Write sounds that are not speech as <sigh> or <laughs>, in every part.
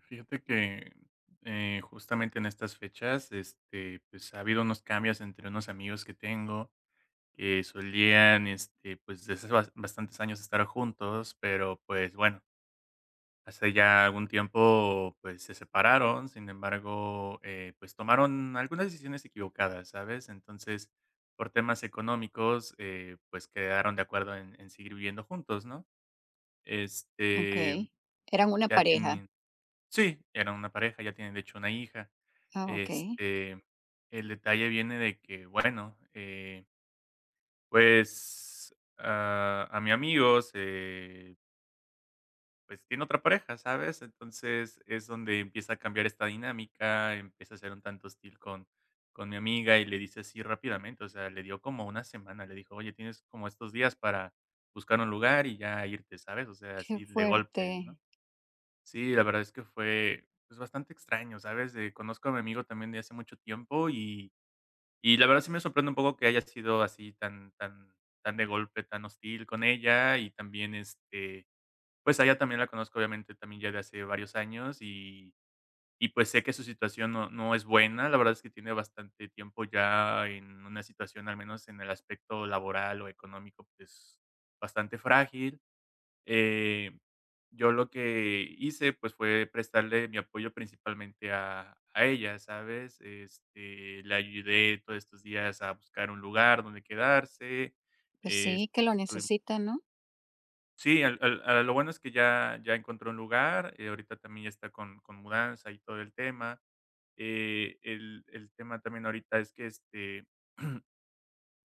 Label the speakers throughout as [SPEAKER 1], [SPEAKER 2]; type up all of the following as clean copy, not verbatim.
[SPEAKER 1] Fíjate que, justamente en estas fechas, este, pues, ha habido unos cambios entre unos amigos que tengo, que solían, este, pues, desde hace bastantes años estar juntos, pero, pues, bueno, hace ya algún tiempo, pues, se separaron. Sin embargo, pues, tomaron algunas decisiones equivocadas, ¿sabes? Entonces, por temas económicos, pues, quedaron de acuerdo en seguir viviendo juntos, ¿no? Este,
[SPEAKER 2] Okey. Eran una
[SPEAKER 1] ya
[SPEAKER 2] pareja.
[SPEAKER 1] tienen Sí, eran una pareja, ya tienen de hecho una hija.
[SPEAKER 2] Ah, okey.
[SPEAKER 1] Este, el detalle viene de que, bueno, pues a mi pues tiene otra pareja, ¿sabes? Entonces es donde empieza a cambiar esta dinámica, empieza a ser un tanto hostil con mi amiga y le dice así rápidamente, o sea, le dio como una semana, le dijo, oye, tienes como estos días para buscar un lugar y ya irte, ¿sabes? O sea,
[SPEAKER 2] Qué
[SPEAKER 1] así de golpe,
[SPEAKER 2] fuerte.
[SPEAKER 1] ¿no? Sí, la verdad es que fue, pues, bastante extraño, ¿sabes? Conozco a mi amigo también de hace mucho tiempo y la verdad sí me sorprende un poco que haya sido así tan de golpe, tan hostil con ella y también, este, pues, a ella también la conozco, obviamente, también ya de hace varios años y pues, sé que su situación no es buena. La verdad es que tiene bastante tiempo ya en una situación, al menos en el aspecto laboral o económico, pues, bastante frágil. Eh, yo lo que hice, pues, fue prestarle mi apoyo principalmente a ella, ¿sabes? Este, la ayudé todos estos días a buscar un lugar donde quedarse,
[SPEAKER 2] Pues
[SPEAKER 1] es
[SPEAKER 2] sí, que lo
[SPEAKER 1] tuvim
[SPEAKER 2] necesitan, ¿no?
[SPEAKER 1] sí, al al a lo bueno es que ya encontró un lugar, ahorita también ya está con mudanza y todo el tema. El tema también ahorita es que, este <clears throat>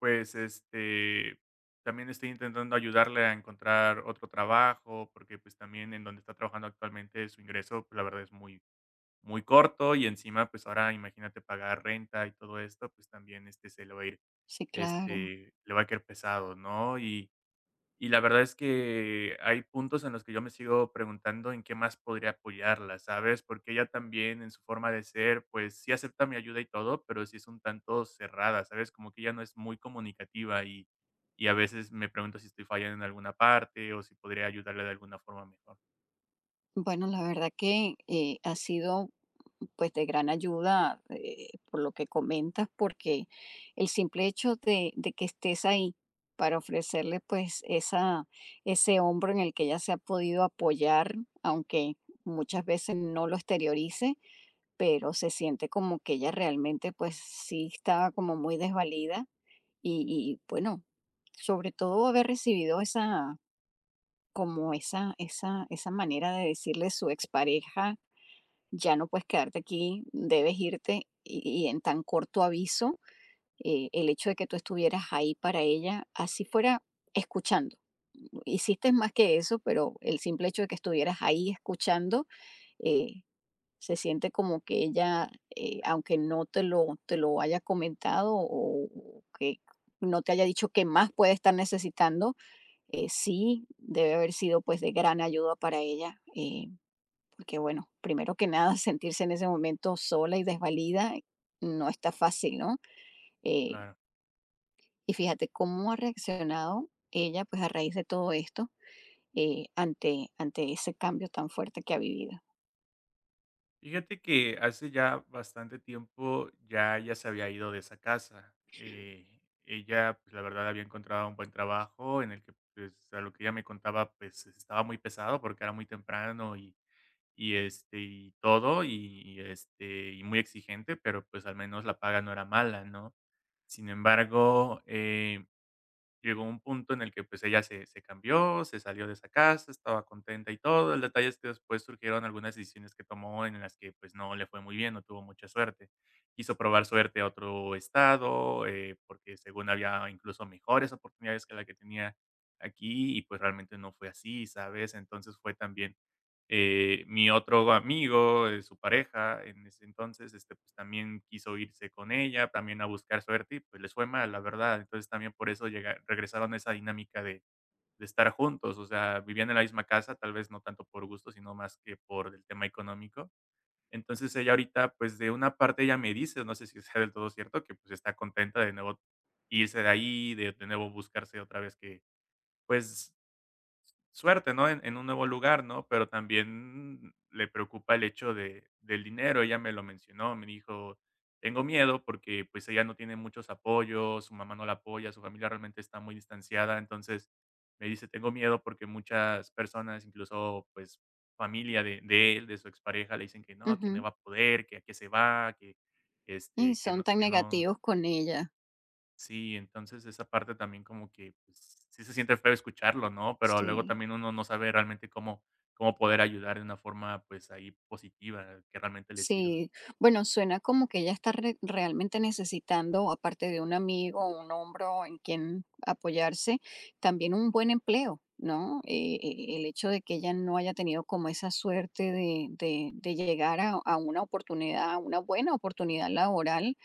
[SPEAKER 1] Pues, este, también estoy intentando ayudarle a encontrar otro trabajo, porque, pues, también en donde está trabajando actualmente su ingreso, pues, la verdad es muy corto y encima, pues, ahora imagínate pagar renta y todo esto, pues, también, este, se le va a ir,
[SPEAKER 2] Sí, claro.
[SPEAKER 1] este, le va a caer pesado, ¿no? Y la verdad es que hay puntos en los que yo me sigo preguntando en qué más podría apoyarla, ¿sabes? Porque ella también en su forma de ser, pues sí acepta mi ayuda y todo, pero sí es un tanto cerrada, ¿sabes? Como que ella no es muy comunicativa y a veces me pregunto si estoy fallando en alguna parte o si podría ayudarle de alguna forma mejor.
[SPEAKER 2] Bueno, la verdad que, ha sido, pues, de gran ayuda, por lo que comentas, porque el simple hecho de que estés ahí para ofrecerle, pues, esa ese hombro en el que ella se ha podido apoyar, aunque muchas veces no lo exteriorice, pero se siente como que ella realmente, pues, sí estaba como muy desvalida. Y bueno, sobre todo haber recibido esa, como esa manera de decirle a su expareja: "Ya no puedes quedarte aquí, debes irte", y en tan corto aviso, el hecho de que tú estuvieras ahí para ella, así fuera escuchando. Hiciste más que eso, pero el simple hecho de que estuvieras ahí escuchando, eh, se siente como que ella, aunque no te lo haya comentado o que no te haya dicho qué más puede estar necesitando, sí debe haber sido, pues, de gran ayuda para ella, porque, bueno, primero que nada, <laughs> sentirse en ese momento sola y desvalida no está fácil, ¿no? Eh,
[SPEAKER 1] Claro.
[SPEAKER 2] y fíjate cómo ha reaccionado ella, pues, a raíz de todo esto, ante ese cambio tan fuerte que ha vivido.
[SPEAKER 1] Fíjate que hace ya bastante tiempo ya se había ido de esa casa. Ella, pues, la verdad, había encontrado un buen trabajo en el que, pues, a lo que ella me contaba, pues, estaba muy pesado porque era muy temprano y este, y todo, y este, y muy exigente, pero, pues, al menos la paga no era mala, ¿no? Sin embargo, llegó un punto en el que, pues, ella se cambió, se salió de esa casa, estaba contenta y todo. El detalle es que después surgieron algunas decisiones que tomó en las que, pues, no le fue muy bien, no tuvo mucha suerte. Quiso probar suerte a otro estado, porque según había incluso mejores oportunidades que la que tenía aquí, y pues realmente no fue así, ¿sabes? Entonces fue también mi otro amigo, su pareja en ese entonces, este, pues, también quiso irse con ella, también a buscar suerte y, pues, les fue mal, la verdad. Entonces, también por eso llega regresaron a esa dinámica de estar juntos, o sea, vivían en la misma casa, tal vez no tanto por gusto, sino más que por el tema económico. Entonces, ella ahorita, pues, de una parte ella me dice, no sé si sea del todo cierto, que, pues, está contenta de nuevo irse de ahí, de nuevo buscarse otra vez que, pues suerte, ¿no? En un nuevo lugar, ¿no? Pero también le preocupa el hecho de del dinero. Ella me lo mencionó, me dijo: "Tengo miedo porque, pues, ella no tiene muchos apoyos, su mamá no la apoya, su familia realmente está muy distanciada". Entonces, me dice: "Tengo miedo porque muchas personas, incluso, pues, familia de él, de su expareja, le dicen que no
[SPEAKER 2] Ujú.
[SPEAKER 1] va a poder, que a qué se va, que,
[SPEAKER 2] Y
[SPEAKER 1] este,
[SPEAKER 2] son tan
[SPEAKER 1] que no".
[SPEAKER 2] negativos con ella.
[SPEAKER 1] Sí, entonces esa parte también como que, pues, sí se siente feo escucharlo, ¿no? Pero luego
[SPEAKER 2] Sí.
[SPEAKER 1] también uno no sabe realmente cómo cómo poder ayudar de una forma, pues, ahí positiva, que realmente le sirva.
[SPEAKER 2] Sí, bueno, suena como que ella está realmente necesitando, aparte de un amigo, un hombro en quien apoyarse, también un buen empleo, ¿no? El hecho de que ella no haya tenido como esa suerte de, de llegar a una oportunidad, a una buena oportunidad laboral,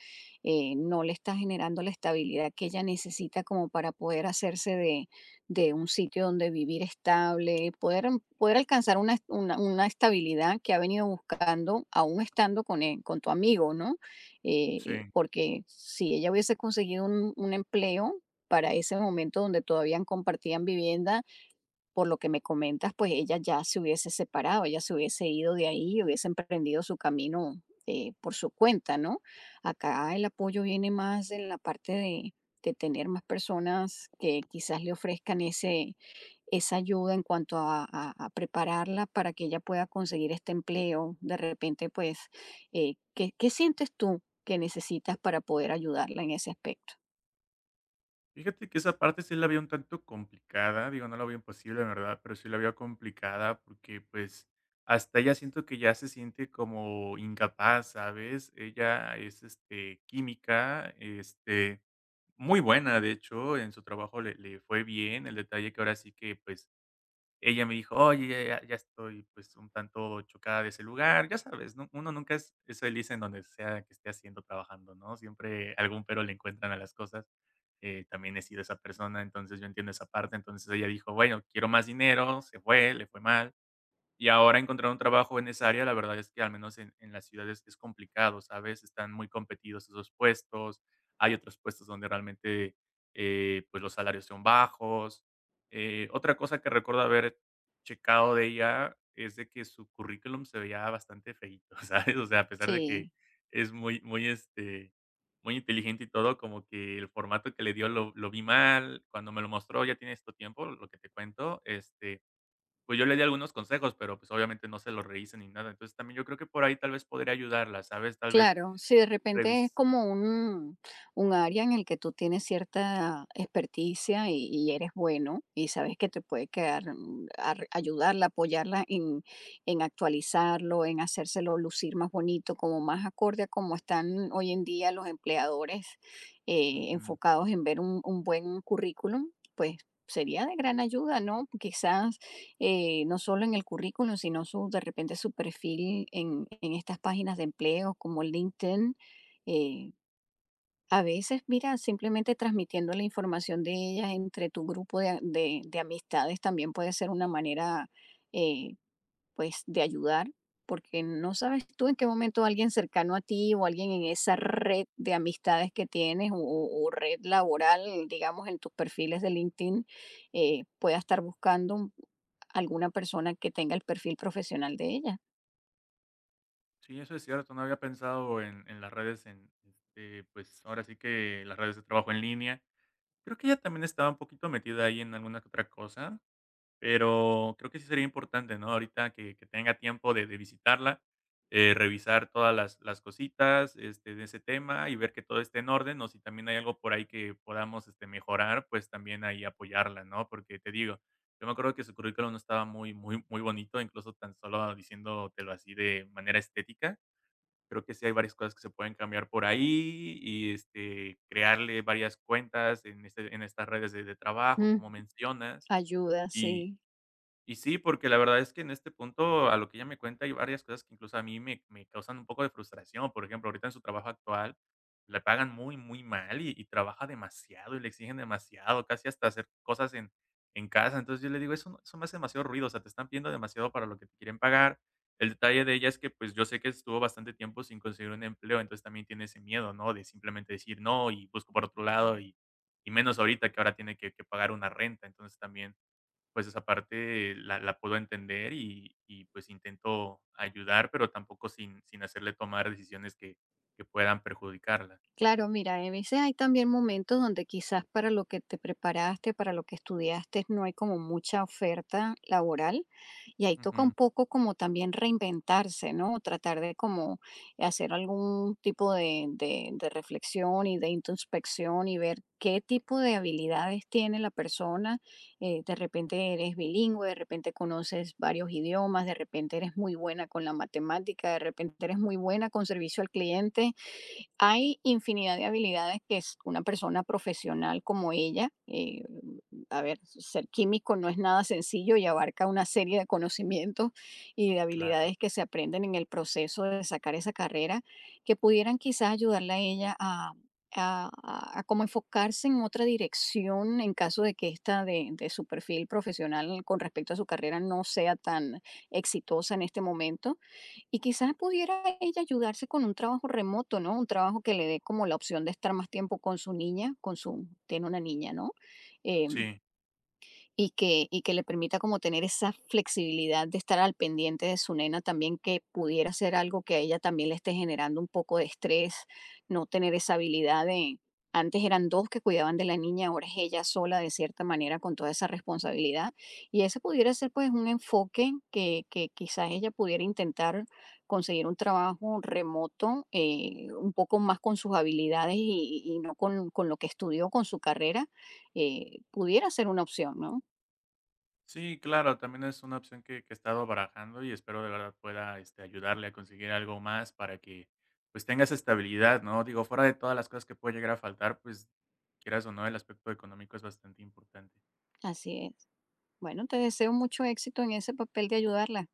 [SPEAKER 2] no le está generando la estabilidad que ella necesita como para poder hacerse de un sitio donde vivir estable, poder, poder alcanzar una, una estabilidad que ha venido buscando aún estando con, con tu amigo, ¿no?
[SPEAKER 1] Sí.
[SPEAKER 2] Porque si ella hubiese conseguido un empleo para ese momento donde todavía compartían vivienda, por lo que me comentas, pues ella ya se hubiese separado, ella se hubiese ido de ahí y hubiese emprendido su camino, por su cuenta, ¿no? Acá el apoyo viene más en la parte de tener más personas que quizás le ofrezcan ese, esa ayuda en cuanto a, a prepararla para que ella pueda conseguir este empleo. De repente, pues, ¿qué, qué sientes tú que necesitas para poder ayudarla en ese aspecto?
[SPEAKER 1] Fíjate que esa parte sí la veo un tanto complicada, digo, no la veo imposible, ¿en verdad? Pero sí la veo complicada porque, pues, hasta ella siento que ya se siente como incapaz, ¿sabes? Ella es, este, química, este, muy buena, de hecho, en su trabajo le fue bien. El detalle que ahora sí que, pues ella me dijo: "Oye, ya estoy, pues, un tanto chocada de ese lugar", ya sabes, ¿no? Uno nunca es feliz en donde sea que esté haciendo, trabajando, ¿no? Siempre algún pero le encuentran a las cosas. También he sido esa persona, entonces yo entiendo esa parte. Entonces ella dijo: "Bueno, quiero más dinero", se fue, le fue mal. Y ahora encontrar un trabajo en esa área, la verdad es que al menos en las ciudades es complicado, ¿sabes? Están muy competidos esos puestos, hay otros puestos donde realmente, pues, los salarios son bajos. Otra cosa que recuerdo haber checado de ella es de que su currículum se veía bastante feíto, <laughs> ¿sabes? O sea, a pesar de que
[SPEAKER 2] Sí.
[SPEAKER 1] es este, muy inteligente y todo, como que el formato que le dio lo vi mal, cuando me lo mostró, ya tiene esto tiempo, lo que te cuento, este pues yo le di algunos consejos, pero, pues, obviamente no se los rehíce ni nada. Entonces, también yo creo que por ahí tal vez podría ayudarla, ¿sabes? Tal vez
[SPEAKER 2] Claro, si de repente es
[SPEAKER 1] revis
[SPEAKER 2] como un área en el que tú tienes cierta experticia y eres bueno y sabes que te puede quedar, mm, ayudarla, apoyarla en actualizarlo, en hacérselo lucir más bonito, como más acorde a cómo están hoy en día los empleadores,
[SPEAKER 1] ujú.
[SPEAKER 2] enfocados en ver un buen currículum, pues sería de gran ayuda, ¿no? Quizás no solo en el currículum, sino su, de repente su perfil en estas páginas de empleo como LinkedIn. eh, a veces, mira, simplemente transmitiendo la información de ellas entre tu grupo de, de amistades también puede ser una manera, eh, pues de ayudar, porque no sabes tú en qué momento alguien cercano a ti o alguien en esa red de amistades que tienes o red laboral, digamos, en tus perfiles de LinkedIn, pueda estar buscando alguna persona que tenga el perfil profesional de ella.
[SPEAKER 1] Sí, eso es cierto, no había pensado en las redes, en, este, pues, ahora sí que las redes de trabajo en línea. Creo que ella también estaba un poquito metida ahí en alguna que otra cosa. Pero creo que sí sería importante, ¿no? Ahorita que tenga tiempo de visitarla, revisar todas las cositas, este, de ese tema y ver que todo esté en orden, o si también hay algo por ahí que podamos, este, mejorar, pues, también ahí apoyarla, ¿no? Porque te digo, yo me acuerdo que su currículum no estaba muy bonito, incluso tan solo diciéndotelo así de manera estética. Creo que sí hay varias cosas que se pueden cambiar por ahí y, este, crearle varias cuentas en estas redes de trabajo,
[SPEAKER 2] Mm.
[SPEAKER 1] como mencionas,
[SPEAKER 2] Ayuda,
[SPEAKER 1] y
[SPEAKER 2] sí.
[SPEAKER 1] y sí, porque la verdad es que en este punto, a lo que ella me cuenta, hay varias cosas que incluso a mí me causan un poco de frustración. Por ejemplo, ahorita en su trabajo actual, le pagan muy, muy mal y trabaja demasiado, y le exigen demasiado, casi hasta hacer cosas en casa. Entonces, yo le digo: "Eso no eso me hace demasiado ruido, o sea, te están pidiendo demasiado para lo que te quieren pagar". El detalle de ella es que, pues, yo sé que estuvo bastante tiempo sin conseguir un empleo, entonces también tiene ese miedo, ¿no? De simplemente decir: "No", y busco por otro lado, y menos ahorita que ahora tiene que pagar una renta. Entonces, también pues esa parte la puedo entender y pues intento ayudar, pero tampoco sin hacerle tomar decisiones que puedan perjudicarla.
[SPEAKER 2] Claro, mira, a veces hay también momentos donde quizás para lo que te preparaste, para lo que estudiaste, no hay como mucha oferta laboral y ahí toca un
[SPEAKER 1] Ujú,
[SPEAKER 2] poco como también reinventarse, ¿no? Tratar de como hacer algún tipo de, de reflexión y de introspección y ver qué tipo de habilidades tiene la persona. De repente eres bilingüe, de repente conoces varios idiomas, de repente eres muy buena con la matemática, de repente eres muy buena con servicio al cliente. Hay infinidad de habilidades que es una persona profesional como ella. A ver, ser químico no es nada sencillo y abarca una serie de conocimientos y de
[SPEAKER 1] claro.
[SPEAKER 2] habilidades que se aprenden en el proceso de sacar esa carrera, que pudieran quizás ayudarle a ella a, a como enfocarse en otra dirección en caso de que esta de su perfil profesional con respecto a su carrera no sea tan exitosa en este momento, y quizás pudiera ella ayudarse con un trabajo remoto, ¿no? Un trabajo que le dé como la opción de estar más tiempo con su niña, con su, tiene una niña, ¿no? Eh,
[SPEAKER 1] Sí,
[SPEAKER 2] y que, y que le permita como tener esa flexibilidad de estar al pendiente de su nena también, que pudiera ser algo que a ella también le esté generando un poco de estrés, no tener esa habilidad de, antes eran dos que cuidaban de la niña, ahora es ella sola de cierta manera con toda esa responsabilidad. Y ese pudiera ser pues un enfoque que quizás ella pudiera intentar conseguir un trabajo remoto, un poco más con sus habilidades y no con, con lo que estudió, con su carrera, pudiera ser una opción, ¿no?
[SPEAKER 1] sí, claro, también es una opción que he estado barajando y espero de verdad pueda, este, ayudarle a conseguir algo más para que, pues, tenga esa estabilidad, ¿no? Digo, fuera de todas las cosas que puede llegar a faltar, pues, quieras o no, el aspecto económico es bastante importante.
[SPEAKER 2] Así es. Bueno, te deseo mucho éxito en ese papel de ayudarla.